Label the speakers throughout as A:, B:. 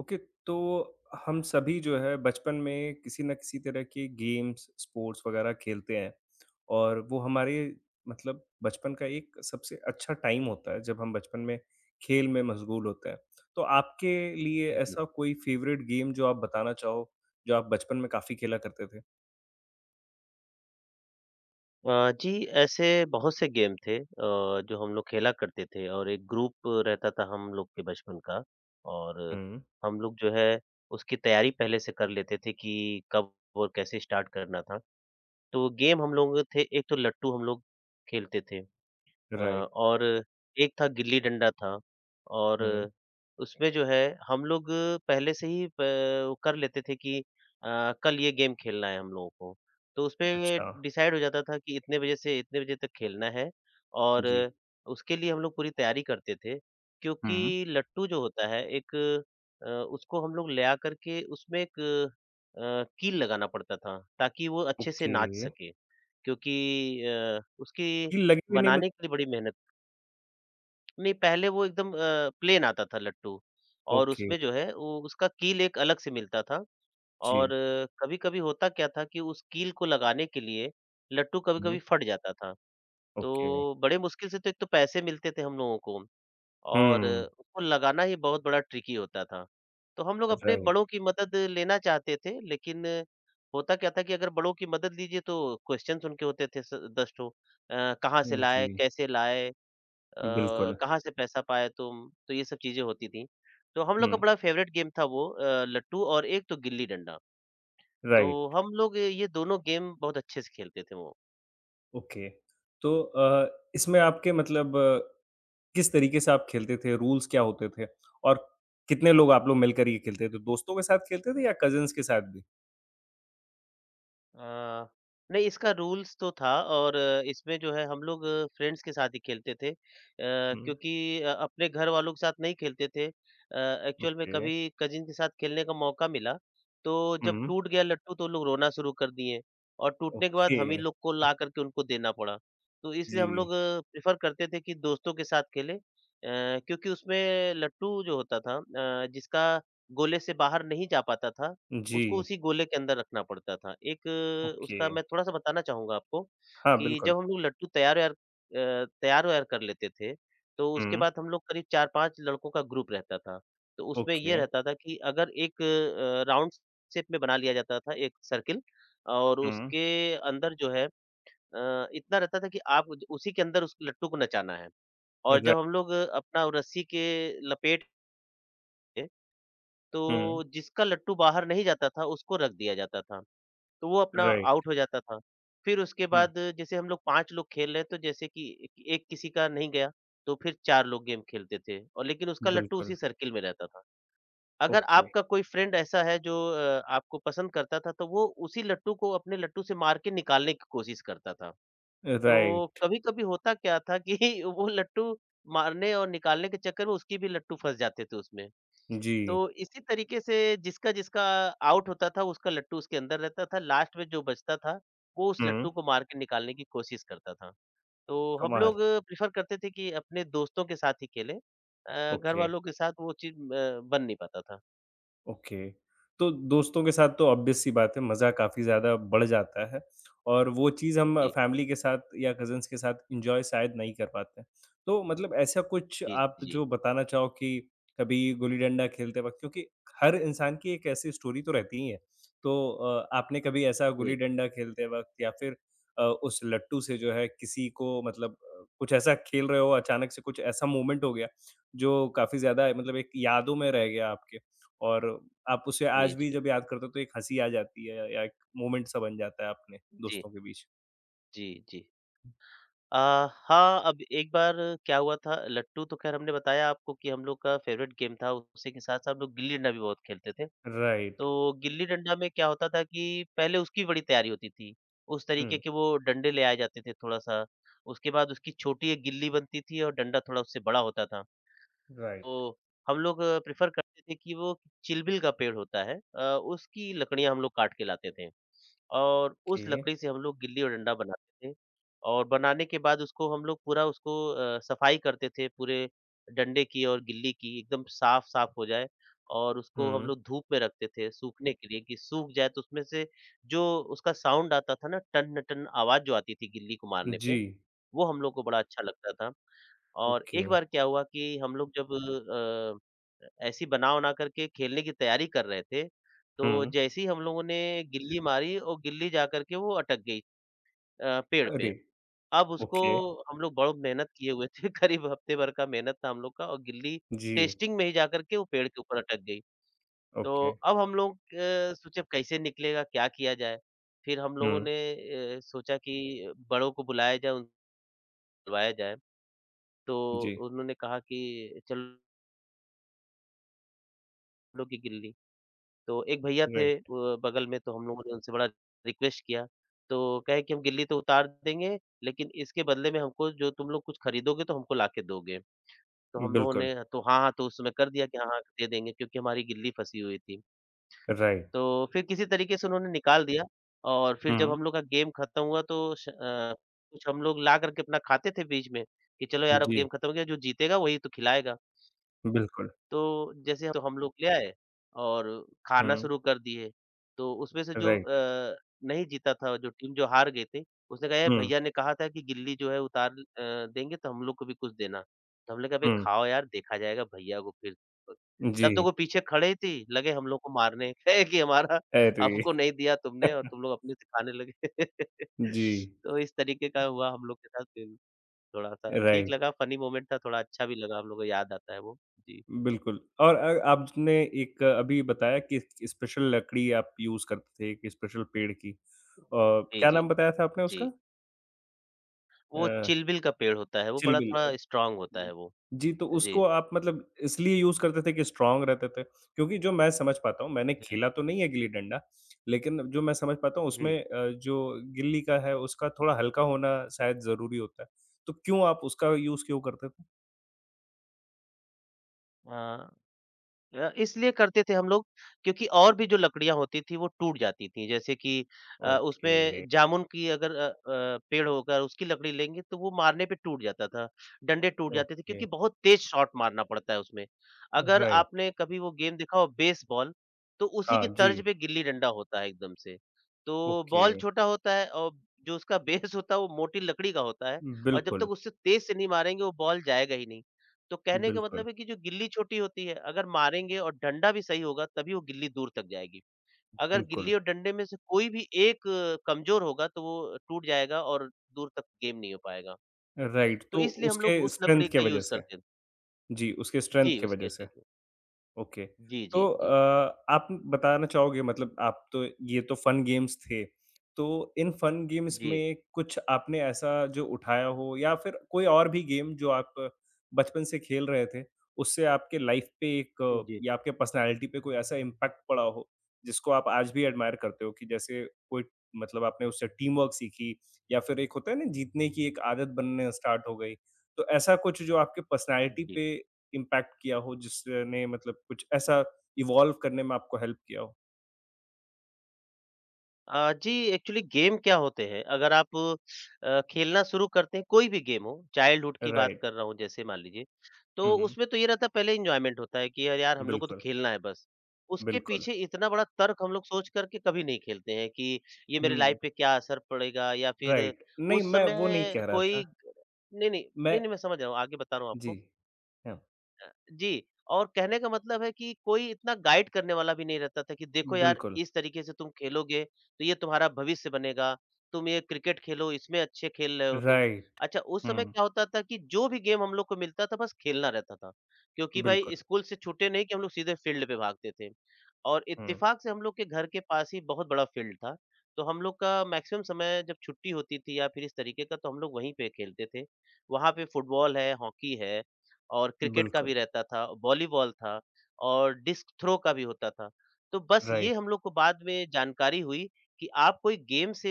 A: Okay. तो हम सभी जो है बचपन में किसी न किसी तरह के गेम्स स्पोर्ट्स वगैरह खेलते हैं और वो हमारे मतलब बचपन का एक सबसे अच्छा टाइम होता है जब हम बचपन में खेल में मशगूल होते हैं। तो आपके लिए
B: जी।
A: ऐसा कोई फेवरेट गेम जो आप बताना चाहो जो आप बचपन में काफी खेला करते थे।
B: जी, ऐसे बहुत से गेम थे जो हम लोग खेला करते थे और एक ग्रुप रहता था हम लोग के बचपन का और
A: हुँ।
B: हम लोग जो है उसकी तैयारी पहले से कर लेते थे कि कब और कैसे स्टार्ट करना था। तो गेम हम लोग थे एक तो लट्टू हम लोग खेलते थे।
A: राइट।
B: और एक था गिल्ली डंडा था और
A: हुँ।
B: उसमें जो है हम लोग पहले से ही प वो कर लेते थे कि कल ये गेम खेलना है हम लोगों को। तो उसपे
A: अच्छा।
B: डिसाइड हो जाता था कि इतने बजे से इतने बजे तक खेलना है और
A: जी।
B: उसके लिए हम लोग पूरी तैयारी करते थे। क्योंकि
A: हुँ।
B: लट्टू जो होता है एक उसको हम लोग ले आकर के उसमें एक कील लगाना पड़ता था ताकि वो अच्छे से
A: ओके।
B: नाच सके क्योंकि उसकी
A: ये लगी हुई नहीं मतलब?
B: बनाने के लिए बड़ी मेहनत नहीं, पहले वो एकदम प्लेन आता था लट्टू और
A: ओके।
B: उसमें जो है वो उसका कील एक अलग से मिलता था और
A: जी।
B: कभी-कभी होता क्या था कि उस कील को लगाने के लिए लट्टू
A: हुँ।
B: कभी-कभी फट जाता था।
A: ओके।
B: तो बड़े मुश्किल से तो एक तो पैसे मिलते थे हम लोगों को और
A: हुँ।
B: उसको लगाना ही बहुत बड़ा ट्रिकी होता था। तो हम लोग अपने
A: राइट।
B: बड़ों की मदद लेना चाहते थे लेकिन होता क्या था कि अगर बड़ों की मदद लीजिए तो क्वेश्चन्स उनके होते थे स 10 ठो कहाँ से
A: हुँ। जी।
B: लाए, कैसे लाए अ,
A: बिल्कुल।
B: कहाँ से पैसा पाए तुम? तो ये सब चीज़ें होती थी। तो हम लोग
A: हुँ।
B: का बड़ा फ़ेवरेट गेम था वो लट्टू और एक तो गिल्ली डंडा। तो
A: राइट।
B: हम लोग ये दोनों गेम बहुत अच्छे से खेलते थे वो।
A: ओके। तो इसमें आपके मतलब किस तरीके से आप खेलते थे? रूल्स क्या होते थे? और कितने लोग आप लोग मिलकर ये खेलते थे? दोस्तों के साथ खेलते थे या कज़िन्स के साथ भी?
B: अ, नहीं इसका रूल्स तो था और इसमें जो है हम लोग फ्रेंड्स के साथ ही खेलते थे।
A: हुँ।
B: क्योंकि अपने घर वालों के साथ नहीं खेलते थे। एक्चुअल में
A: ओके।
B: कभी कज़िन के साथ खेलने का मौका मिला, तो जब
A: हुँ।
B: टूट गया लट्टू तो लोग रोना शुरू कर दिए और टूटने के बाद
A: ओके।
B: हम ही लोग को ला कर के उनको देना पड़ा। तो इसलिए हम लोग
A: जी।
B: प्रेफ़र करते थे कि दोस्तों के साथ खेलें क्योंकि उसमें लट्टू जो होता था जिसका गोले से बाहर नहीं जा पाता था
A: जी।
B: उसको उसी गोले के अंदर रखना पड़ता था। एक
A: ओके।
B: उसका मैं थोड़ा-सा बताना चाहूँगा आपको
A: हाँ,
B: कि
A: बिल्कुल।
B: जब हम लोग लट्टू तैयार-वैयार कर लेते थे, तो उसके
A: हुँ।
B: बाद हम लोग करीब 4-5 लड़कों का ग्रुप रहता था। तो उसमें ये
A: ओके।
B: रहता था कि अगर एक राउंड शेप में बना लिया जाता था एक सर्किल और
A: हुँ।
B: उसके अंदर जो है इतना रहता था कि आप ज उसी के अंदर उस लट्टू को नचाना है। और
A: राइट।
B: जब हम लोग अपना रस्सी के लपेट के,
A: हुँ।
B: तो जिसका लट्टू बाहर नहीं जाता था, उसको रख दिया जाता था। तो वो अपना आउट
A: राइट।
B: हो जाता था। फिर उसके
A: हुँ।
B: बाद जैसे हम लोग 5 लोग खेल रहे हैं तो जैसे कि एक एक किसी का नहीं गया, तो फिर 4 लोग गेम खेलते थे और लेकिन उसका लट्टू
A: बिल्कुल।
B: उसी सर्किल में रहता था। अगर
A: ओके।
B: आपका कोई फ्रेंड ऐसा है जो आपको पसंद करता था तो वो उसी लट्टू को अपने लट्टू से मार के निकालने की कोशिश करता था। तो
A: राइट।
B: कभी-कभी होता क्या था कि वो लट्टू मारने और निकालने के चक्कर में उसकी भी लट्टू फँस जाते थे उसमें।
A: जी।
B: तो इसी तरीके से जिसका-जिसका आउट होता था, उसका लट्टू उसके अंदर रहता था, लास्ट में जो बचता था, वो उस
A: हुँ।
B: लट्टू को मार के निकालने की कोशिश करता था। तो हम
A: कमाल।
B: लोग प्रेफ़र करते थे कि अपने दोस्तों के साथ ही खेलें घर
A: ओके।
B: वालों के साथ वो चीज़ बन नहीं पाता था।
A: ओके। तो दोस्तों के साथ तो ऑब्वियस सी बात है मज़ा काफ़ी ज़्यादा बढ़ जाता है और वो चीज़ हम
B: जी,
A: फैमिली के साथ या कज़िन्स के साथ एन्जॉय शायद नहीं कर पाते। तो मतलब ऐसा कुछ
B: जी,
A: आप
B: जी,
A: जो बताना चाहो कि कभी गुल्ली-डंडा खेलते वक़्त क्योंकि हर इंसान की एक ऐसी स्टोरी तो रहती ही है। तो आपने कभी ऐसा
B: जी,
A: गुल्ली-डंडा खेलते वक़्त या फिर उस लट्टू से जो है किसी को मतलब कुछ ऐसा खेल रहे हो अचानक से कुछ ऐसा मोमेंट हो गया जो काफ़ी ज़्यादा मतलब एक यादों में रह गया आपके? और आप उसे
B: जी,
A: आज भी
B: जी,
A: जब याद करते हो तो एक हँसी आ जाती है या एक मोमेंट सा बन जाता है अपने
B: जी,
A: दोस्तों के बीच।
B: जी, जी। अ, हाँ, अब एक बार क्या हुआ था, लट्टू तो ख़ैर हमने बताया आपको कि हम लोग का फ़ेवरेट गेम था, उसी के साथ-साथ हम लोग गिल्ली-डंडा भी बहुत खेलते थे।
A: राइट।
B: तो गिल्ली डंडा में क्या होता था कि पहले उसकी बड़ी तैयारी होती थी। उस तरीके
A: हुँ।
B: के वो डंडे ले आए जाते थे थोड़ा-सा। उसके बाद उसकी छोटी एक गिल्ली बनती थी और डंडा थोड़ा उससे बड़ा होता था।
A: राइट।
B: तो हम लोग प्रेफ़र करते थे कि वो चिलबिल का पेड़ होता है उसकी लकड़ियाँ हम लोग काट के लाते थे। और उस
A: ओके।
B: लकड़ी से हम लोग गिल्ली और डंडा बनाते थे और बनाने के बाद उसको हम लोग पूरा उसको सफाई करते थे पूरे डंडे की और गिल्ली की एकदम साफ साफ हो जाए और उसको हम
A: हुँ।
B: लोग धूप में रखते थे सूखने के लिए कि सूख जाए तो उसमें से जो उसका साउंड आता था ना टन टन आवाज जो आती थी गिल्ली को मारने
A: जी।
B: पे वो हम लोग को बड़ा अच्छा लगता था और
A: ओके।
B: एक बार क्या हुआ कि हम लोग जब ऐसी बना-वना करके खेलने की तैयारी कर रहे थे, तो
A: हुँ।
B: जैसे ही हम लोगों ने गिल्ली मारी और गिल्ली जाकर के वो अटक गई पेड़
A: अरे!
B: पे। अब उसको
A: ओके।
B: हम लोग बहुत मेहनत किए हुए थे, करीब हफ्ते भर का मेहनत था हम लोग का और गिल्ली
A: जी।
B: टेस्टिंग में ही जाकर के वो पेड़ के ऊपर अटक गई। तो
A: ओके।
B: अब हम लोग सोचे अब कैसे निकलेगा, क्या किया जाए? फिर हम लोगों
A: हुँ।
B: ने सोचा कि बड़ों को बुलाया जाए, उनसे बुलवाया जाए। तो
A: जी।
B: उन्होंने कहा कि चल कपड़ों की गिल्ली। तो एक भैया थे
A: राइट।
B: बगल में तो हम लोगों ने उनसे बड़ा रिक्वेस्ट किया, तो कहे कि हम गिल्ली तो उतार देंगे, लेकिन इसके बदले में हमको जो तुम लोग कुछ खरीदोगे तो हमको लाके दोगे। तो हम लोगों
A: बिल्कुल।
B: ने तो हाँ, हाँ, तो उस समय कर दिया कि हाँ, हाँ, दे देंगे क्योंकि हमारी गिल्ली फँसी हुई थी।
A: राइट।
B: तो फिर किसी तरीके से उन्होंने निकाल दिया और फिर जब
A: हुँ।
B: हम लोग का गेम खत्म हुआ तो कुछ हम लोग ला कर के अपना खाते थे बीच में कि चलो यार अब
A: जी।
B: गेम खत्म हो गया, जो जीतेगा वही तो खिलाएगा।
A: बिल्कुल।
B: तो जैसे तो हम लोग ले आए और खाना
A: हुँ।
B: शुरू कर दिए। तो उसमें से जो
A: राइट।
B: नहीं जीता था जो टीम जो हार गई थी, उसने कहा, "यार
A: हुँ।
B: भैया ने कहा था कि गिल्ली जो है उतार देंगे तो हम लोग को भी कुछ देना।" तो हमने कहा, "बे
A: हुँ।
B: खाओ यार देखा जाएगा भैया को फिर।"
A: जी।
B: तब तक वो पीछे खड़े ही थी, लगे हम लोग को मारने कहे कि हमारा
A: अरे!
B: हमको नहीं दिया तुमने और तुम लोग अपने से खाने लगे।
A: जी।
B: तो इस तरीके का हुआ हम लोग के साथ फिर थोड़ा-सा ठीक
A: राइट।
B: लगा, फनी मोमेंट था, थोड़ा अच्छा भी लगा हम लोग को याद आता है वो। जी।
A: बिल्कुल और आपने एक अभी बताया कि स्पेशल लकड़ी आप यूज़ करते थे, एक स्पेशल पेड़ की।
B: जी,
A: क्या
B: जी,
A: नाम बताया था आपने
B: जी।
A: उसका?
B: वो
A: अ,
B: चिलबिल का पेड़ होता है, वो बड़ा
A: चिलबिल
B: थोड़ा स्ट्रॉन्ग होता
A: जी।
B: है वो।
A: जी, तो
B: जी,
A: उसको आप मतलब इसलिए यूज़ करते थे कि स्ट्रॉन्ग रहते थे? क्योंकि जो मैं समझ पाता हूँ, मैंने
B: जी,
A: खेला तो नहीं है गिल्ली-डंडा, लेकिन जो मैं समझ पाता हूँ उसमें
B: जी।
A: जो गिल्ली का है उसका थोड़ा हल्का होना शायद ज़रूरी होता है। तो क्यों आप उसका यूज़ क्यों करते थे?
B: अ, इसलिए करते थे हम लोग क्योंकि और भी जो लकड़ियाँ होती थी वो टूट जाती थी। जैसे कि
A: ओके।
B: उसमें जामुन की अगर पेड़ होगा उसकी लकड़ी लेंगे तो वो मारने पे टूट जाता था। डंडे टूट जाते थे
A: ओके।
B: क्योंकि बहुत तेज़ शॉट मारना पड़ता है उसमें। अगर
A: राइट।
B: आपने कभी वो गेम देखा हो बेसबॉल तो उसी की
A: हाँ जी।
B: तर्ज पे गिल्ली-डंडा होता है एकदम से। तो
A: ओके।
B: बॉल छोटा होता है और जो उसका बेस होता है वो मोटी लकड़ी का होता है और जब
A: बिल्कुल,
B: तक उससे तेज़ से नहीं मारेंगे वो बॉल जाएगा ही नहीं। तो कहने का
A: बिल्कुल,
B: मतलब है कि जो गिल्ली छोटी होती है, अगर मारेंगे और डंडा भी सही होगा तभी वो गिल्ली दूर तक जाएगी। अगर
A: बिल्कुल।
B: गिल्ली और डंडे में से कोई भी एक कमज़ोर होगा तो वो टूट जाएगा और दूर तक गेम नहीं हो पाएगा।
A: राइट,
B: तो
A: तो
B: इसलिए हम
A: उसके
B: लोग उस
A: स्ट्रेंथ
B: लकड़ी
A: के
B: का
A: वजह
B: यूज़
A: से?
B: करते हैं।
A: जी, उसके स्ट्रेंथ
B: जी,
A: के वजह
B: उसके
A: से।
B: स्टिक में।
A: ओके।
B: जी, जी,
A: तो
B: जी।
A: आप बताना चाहोगे मतलब आप तो ये तो फन गेम्स थे। तो इन फन गेम्स
B: जी।
A: में कुछ आपने ऐसा जो उठाया हो या फिर कोई और भी गेम जो आप बचपन से खेल रहे थे, उससे आपके लाइफ़ पे एक
B: जी,
A: या आपके पर्सनैलिटी पे कोई ऐसा इम्पैक्ट पड़ा हो, जिसको आप आज भी एडमायर करते हो कि जैसे कोई मतलब आपने उससे टीम वर्क सीखी या फिर एक होता है ना जीतने की एक आदत बनने स्टार्ट हो गई। तो ऐसा कुछ जो आपके पर्सनैलिटी
B: जी।
A: पे इम्पैक्ट किया हो, जिसने मतलब कुछ ऐसा इवॉल्व करने में आपको हेल्प किया हो?
B: जी एक्चुअली गेम क्या होते हैं अगर आप खेलना शुरू करते हैं कोई भी गेम हो चाइल्डहुड की बात
A: राइट।
B: कर रहा हूँ जैसे मान लीजिए तो
A: हुँ।
B: उसमें तो ये रहता है पहले इंजॉयमेंट होता है कि यार यार हम लोग को तो
A: बिल्कुल,
B: खेलना है बस उसके
A: बिल्कुल।
B: पीछे इतना बड़ा तर्क हम लोग सोच करके कभी नहीं खेलते हैं कि ये मेरे
A: हुँ।
B: लाइफ पे क्या असर पड़ेगा या फिर
A: राइट। नहीं,
B: उस
A: मैं वो नहीं
B: समय
A: कह रहा था।
B: कोई नहीं नहीं
A: मैं
B: नहीं नहीं मैं समझ रहा हूँ आगे बता रहा हूँ
A: जी,
B: आपको
A: हाँ,
B: जी, और कहने का मतलब है कि कोई इतना गाइड करने वाला भी नहीं रहता था कि देखो यार
A: बिल्कुल।
B: इस तरीके से तुम खेलोगे, तो ये तुम्हारा भविष्य बनेगा, तुम ये क्रिकेट खेलो इसमें अच्छे खेल रहे हो तुम।
A: राइट।
B: अच्छा उस समय
A: हुँ,
B: क्या होता था कि जो भी गेम हम लोग को मिलता था बस खेलना रहता था, क्योंकि भाई
A: बिल्कुल।
B: स्कूल से छूटे नहीं कि हम लोग सीधे फील्ड पे भागते थे। और
A: हुँ,
B: इत्तेफाक से हम लोग के घर के पास ही बहुत बड़ा फील्ड था, तो हम लोग का मैक्सिमम समय जब छुट्टी होती थी या फिर इस तरीके का तो हम लोग वहीं पे खेलते थे। वहाँ पे फुटबॉल है, हॉकी है और क्रिकेट का
A: बिल्कुल।
B: भी रहता था, वॉलीबॉल था और डिस्क थ्रो का भी होता था। तो बस ये
A: राइट।
B: हम लोग को बाद में जानकारी हुई कि आप कोई गेम से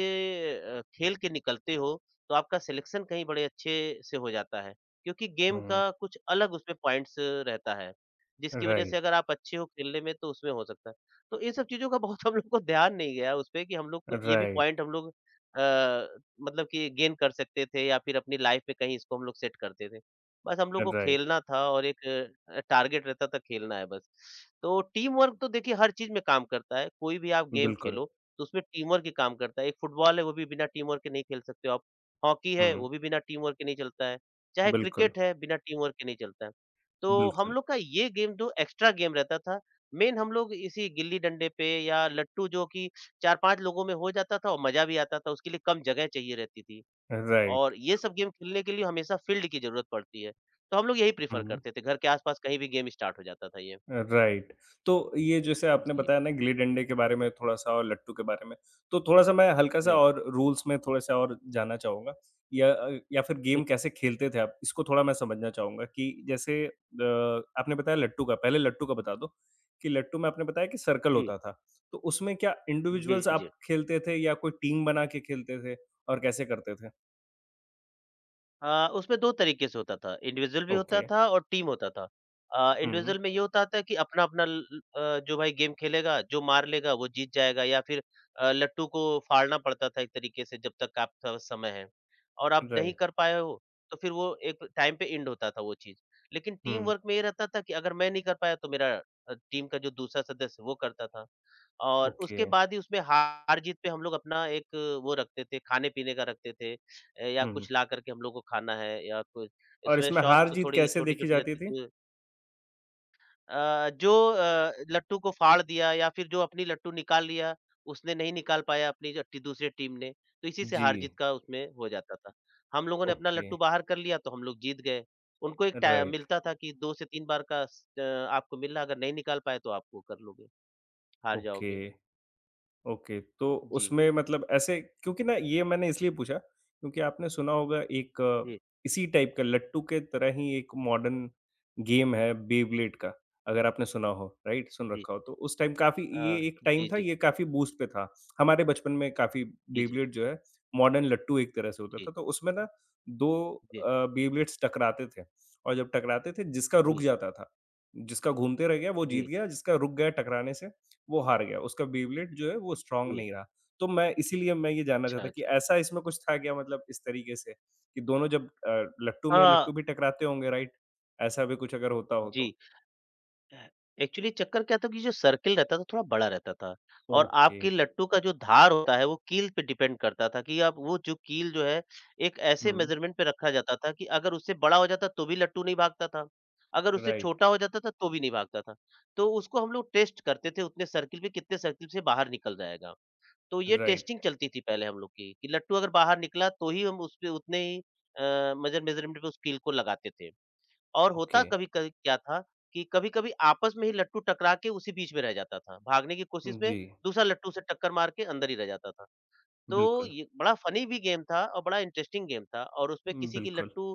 B: खेल के निकलते हो, तो आपका सिलेक्शन कहीं बड़े अच्छे से हो जाता है। क्योंकि गेम
A: हुँ।
B: का कुछ अलग उसमें पॉइंट्स रहता है, जिसकी वजह
A: राइट,
B: से अगर आप अच्छे हो खेलने में तो उसमें हो सकता है। तो इन सब चीज़ों का बहुत हम लोग को ध्यान नहीं गया उसपे कि हम लोग को ये भी पॉइंट
A: राइट,
B: हम लोग अ, मतलब कि गेन कर सकते थे या फिर अपनी लाइफ़ में कहीं इसको हम लोग सेट करते थे। बस हम लोग को
A: राइट।
B: खेलना था और एक टारगेट रहता था खेलना है बस। तो टीम वर्क तो देखिए हर चीज़ में काम करता है, कोई भी आप गेम
A: बिल्कुल।
B: खेलो, तो उसमें टीम वर्क ही काम करता है। एक फुटबॉल है वो भी बिना टीम वर्क के नहीं खेल सकते हो आप, हॉकी है
A: हुँ,
B: वो भी बिना टीम वर्क के नहीं चलता है, चाहे
A: बिल्कुल,
B: क्रिकेट है बिना टीम वर्क के नहीं चलता है। तो हम
A: बिल्कुल।
B: लोग का ये गेम जो एक्स्ट्रा गेम रहता था, मेन हम लोग इसी गिल्ली-डंडे पे या लट्टू जो कि 4-5 लोगों में हो जाता था और मज़ा भी आता था, उसके लिए कम जगह चाहिए रहती थी।
A: राइट।
B: और ये सब गेम खेलने के लिए हमेशा फ़ील्ड की ज़रूरत पड़ती है, तो हम लोग यही प्रेफ़र
A: हुँ।
B: करते थे, घर के आस-पास कहीं भी गेम स्टार्ट हो जाता था ये।
A: राइट। तो ये जैसे आपने
B: जी,
A: बताया ना गिल्ली डंडे के बारे में थोड़ा-सा और लट्टू के बारे में, तो थोड़ा-सा मैं हल्का-सा
B: जी,
A: और रूल्स में थोड़ा-सा और जानना चाहूँगा या या फिर
B: जी,
A: गेम कैसे खेलते थे आप? इसको थोड़ा मैं समझना चाहूँगा कि जैसे आपने बताया लट्टू का, पहले लट्टू का बता दो कि लट्टू में आपने बताया कि सर्कल
B: जी,
A: होता था, तो उसमें क्या
B: जी,
A: इंडिविजुअल्स आप
B: जी।
A: खेलते थे या कोई टीम बना के खेलते थे और कैसे करते थे?
B: उसमें 2 तरीके से होता था, इंडिविजुअल भी
A: ओके।
B: होता था और टीम होता था।
A: हुँ।
B: इंडिविजुअल में ये होता था कि अपना-अपना ल ल अ, जो भाई गेम खेलेगा, जो मार लेगा वो जीत जाएगा या फिर लट्टू को फाड़ना पड़ता था एक तरीके से जब तक आपका समय है और आप नहीं
A: राइट।
B: कर पाए हो, तो फिर वो एक टाइम पे एंड होता था वो चीज़। लेकिन टीम
A: हुँ।
B: वर्क में ये रहता था कि अगर मैं नहीं कर पाया तो मेरा टीम का जो दूसरा सदस्य है वो करता था। और
A: ओके।
B: उसके बाद ही उसमें हार-जीत पे हम लोग अपना एक वो रखते थे, खाने-पीने का रखते थे या
A: हुँ।
B: कुछ ला कर के हम लोग को खाना है या कुछ
A: और
B: इसमें
A: इसमें
B: शॉप्स
A: हार-जीत
B: थोड़ी
A: कैसे देखी
B: छोटी-छोटी
A: जाती
B: रहती
A: थी?
B: थी। जो लट्टू को फाड़ दिया या फिर जो अपनी लट्टू निकाल लिया, उसने नहीं निकाल पाया अपनी जो टी दूसरी टीम ने, तो इसी से
A: जी।
B: हार-जीत का उसमें हो जाता था। हम लोगों ने अपना लट्टू
A: Okay.
B: बाहर कर लिया तो हम लोग जीत गए। उनको एक टा
A: Right.
B: मिलता था कि 2 से 3 बार का आपको मिल रहा है, अगर नहीं निकाल पाए तो आप वो कर लोगे, हार जाओगे।
A: Okay. ओके, तो
B: जी,
A: उसमें मतलब ऐसे क्योंकि ना ये मैंने इसलिए पूछा क्योंकि आपने सुना होगा एक
B: जी,
A: इसी टाइप का लट्टू के तरह ही एक मॉडर्न गेम है बेब्लेड का, अगर आपने सुना हो, राइट? सुन
B: जी।
A: रखा हो तो उस टाइम काफ़ी
B: अ,
A: ये एक टाइम
B: जी,
A: था
B: जी।
A: ये काफ़ी बूस्ट पे था। हमारे बचपन में काफ़ी
B: जी, जी।
A: बेब्लेड जो है मॉडर्न लट्टू एक तरह से होता
B: जी,
A: था, तो उसमें ना 2
B: जी,
A: बेब्लेड्स टकराते थे और जब टकराते थे जिसका रुक
B: जी,
A: जाता था, जिसका घूमते रह गया वो जीत
B: जी,
A: गया, जिसका रुक गया टकराने से वो हार गया, उसका बेबलेट जो है वो स्ट्रॉन्ग
B: जी।
A: नहीं रहा। तो मैं इसीलिए मैं ये जानना
B: अच्छा,
A: चाहता कि
B: अच्छा।
A: ऐसा इसमें कुछ था क्या मतलब इस तरीके से? कि दोनों जब लट्टू में
B: हाँ,
A: लट्टू भी टकराते होंगे राइट? ऐसा भी कुछ अगर होता हो तो?
B: जी। एक्चुअली चक्कर क्या था कि जो सर्किल रहता था थोड़ा बड़ा रहता था और
A: ओके।
B: आपकी लट्टू का जो धार होता है वो कील पे डिपेंड करता था कि आप वो जो कील जो है एक ऐसे
A: हुँ।
B: मेज़रमेंट पे रखा जाता था कि अगर उससे बड़ा हो जाता तो भी लट्टू नहीं भागता था, अगर उससे
A: राइट,
B: छोटा हो जाता था तो भी नहीं भागता था। तो उसको हम लोग टेस्ट करते थे उतने सर्किल में कितने सर्किल से बाहर निकल जाएगा। तो ये
A: राइट।
B: टेस्टिंग चलती थी पहले हम लोग की, कि लट्टू अगर बाहर निकला तो ही हम उसपे उतने ही मेजर मेज़रमेंट पे उस कील को लगाते थे। और होता
A: ओके।
B: कभी-कभी क्या था कि कभी-कभी आपस में ही लट्टू टकरा के उसी बीच में रह जाता था। भागने की कोशिश में
A: जी,
B: दूसरा लट्टू उसे टक्कर मार के अंदर ही रह जाता था। तो
A: बिल्कुल,
B: ये बड़ा फ़नी भी गेम था और बड़ा इंटरेस्टिंग गेम था और उसमें किसी की
A: बिल्कुल।
B: लट्टू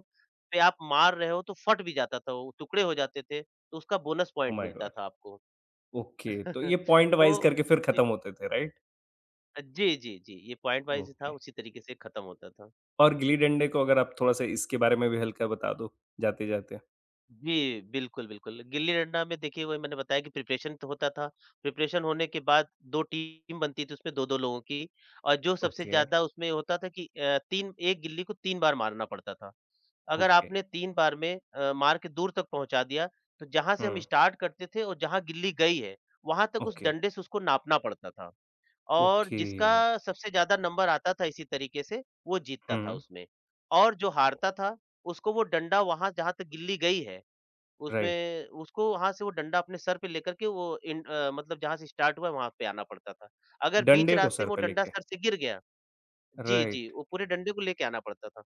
B: पे आप मार रहे हो तो फट भी जाता था वो, टुकड़े हो जाते थे, तो उसका बोनस
A: ओह
B: पॉइंट
A: माय
B: मिलता
A: गॉड!
B: था आपको।
A: ओके, तो ये पॉइंट वाइज़
B: तो
A: करके फिर खत्म होते थे राइट?
B: जी, जी, जी, ये पॉइंट वाइज़ ही था,
A: ओके।
B: उसी तरीके से ख़त्म होता था।
A: और गिल्ली-डंडे को अगर आप थोड़ा-सा इसके बारे में भी हल्का बता दो जाते-जाते?
B: जी, बिल्कुल, बिल्कुल। गिल्ली-डंडा में देखिए वही मैंने बताया कि प्रिपरेशन तो होता था, प्रिपरेशन होने के बाद 2 टीम बनती थी उसमें 2-2 लोगों की और जो सबसे
A: ओके।
B: ज़्यादा उसमें होता था कि 3 1 गिल्ली को 3 बार मारना पड़ता था। अगर
A: ओके।
B: आपने 3 बार में मार के दूर तक पहुँचा दिया, तो जहाँ से हम
A: हुँ।
B: स्टार्ट करते थे और जहाँ गिल्ली गई है, वहाँ तक उस
A: ओके।
B: डंडे से उसको नापना पड़ता था। और
A: ओके।
B: जिसका सबसे ज़्यादा नंबर आता था इसी तरीके से, वो जीतता
A: हुँ।
B: था उसमें। और जो हारता था, उसको वो डंडा वहाँ जहाँ तक गिल्ली गई है,
A: राइट,
B: उसमें उसको वहाँ से वो डंडा अपने सर पे लेकर के वो मतलब जहाँ से स्टार्ट हुआ है, वहाँ पे आना पड़ता था। अगर बीच
A: डंडे को
B: रास्ते में
A: सर
B: वो
A: पे
B: डंडा
A: लेके,
B: सर से गिर गया जी, जी,
A: राइट,
B: वो पूरे डंडे को लेके आना पड़ता था।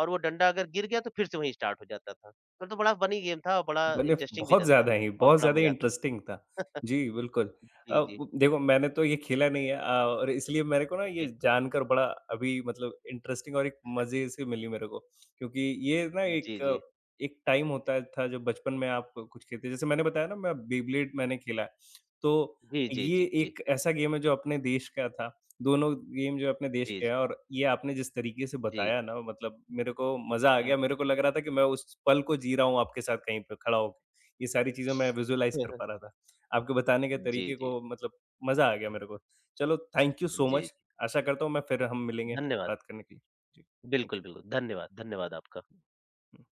B: और वो डंडा अगर गिर गया तो फिर से वहीं स्टार्ट हो जाता था। तब तो बड़ा फ़नी गेम था और बड़ा
A: मैंने
B: इंटरेस्टिंग भी रहता और
A: बहुत
B: बड़ा
A: ज़्यादा ही
B: मज़ा आता।
A: इंटरेस्टिंग था। जी, बिल्कुल। अ,
B: जी, जी,
A: ब देखो मैंने तो ये खेला नहीं है और इसलिए मेरे को ना ये
B: जी।
A: जानकर बड़ा अभी मतलब इंटरेस्टिंग और एक मज़े से मिली मेरे को, क्योंकि ये ना
B: जी,
A: एक
B: जी।
A: एक टाइम होता था जब बचपन में आप कुछ खेलते जैसे मैंने बताया ना मैं बेबलेट मैंने खेला है, तो
B: जी, जी, जी,
A: ये
B: जी, जी।
A: एक ऐसा गेम है जो अपने देश का था दोनों गेम जो है अपने देश के
B: जी
A: हैं और ये आपने जिस तरीके से
B: जी।
A: बताया ना मतलब मेरे को मज़ा आ
B: अ,
A: गया। मेरे को लग रहा था कि मैं उस पल को जी रहा हूँ आपके साथ कहीं पे खड़ा होके। ये सारी चीज़ें मैं विज़ुअलाइज़ कर पा रहा था। आपके बताने के
B: जी,
A: तरीके
B: जी,
A: को मतलब मज़ा आ गया मेरे को। चलो थैंक यू सो
B: जी,
A: मच।
B: जी।
A: आशा करता हूँ मैं फिर हम मिलेंगे
B: धन्यवाद।
A: बात करने के लिए। जी, थैंक
B: बिल्कुल, बिल्कुल। धन्यवाद, धन्यवाद आपका।
A: यू।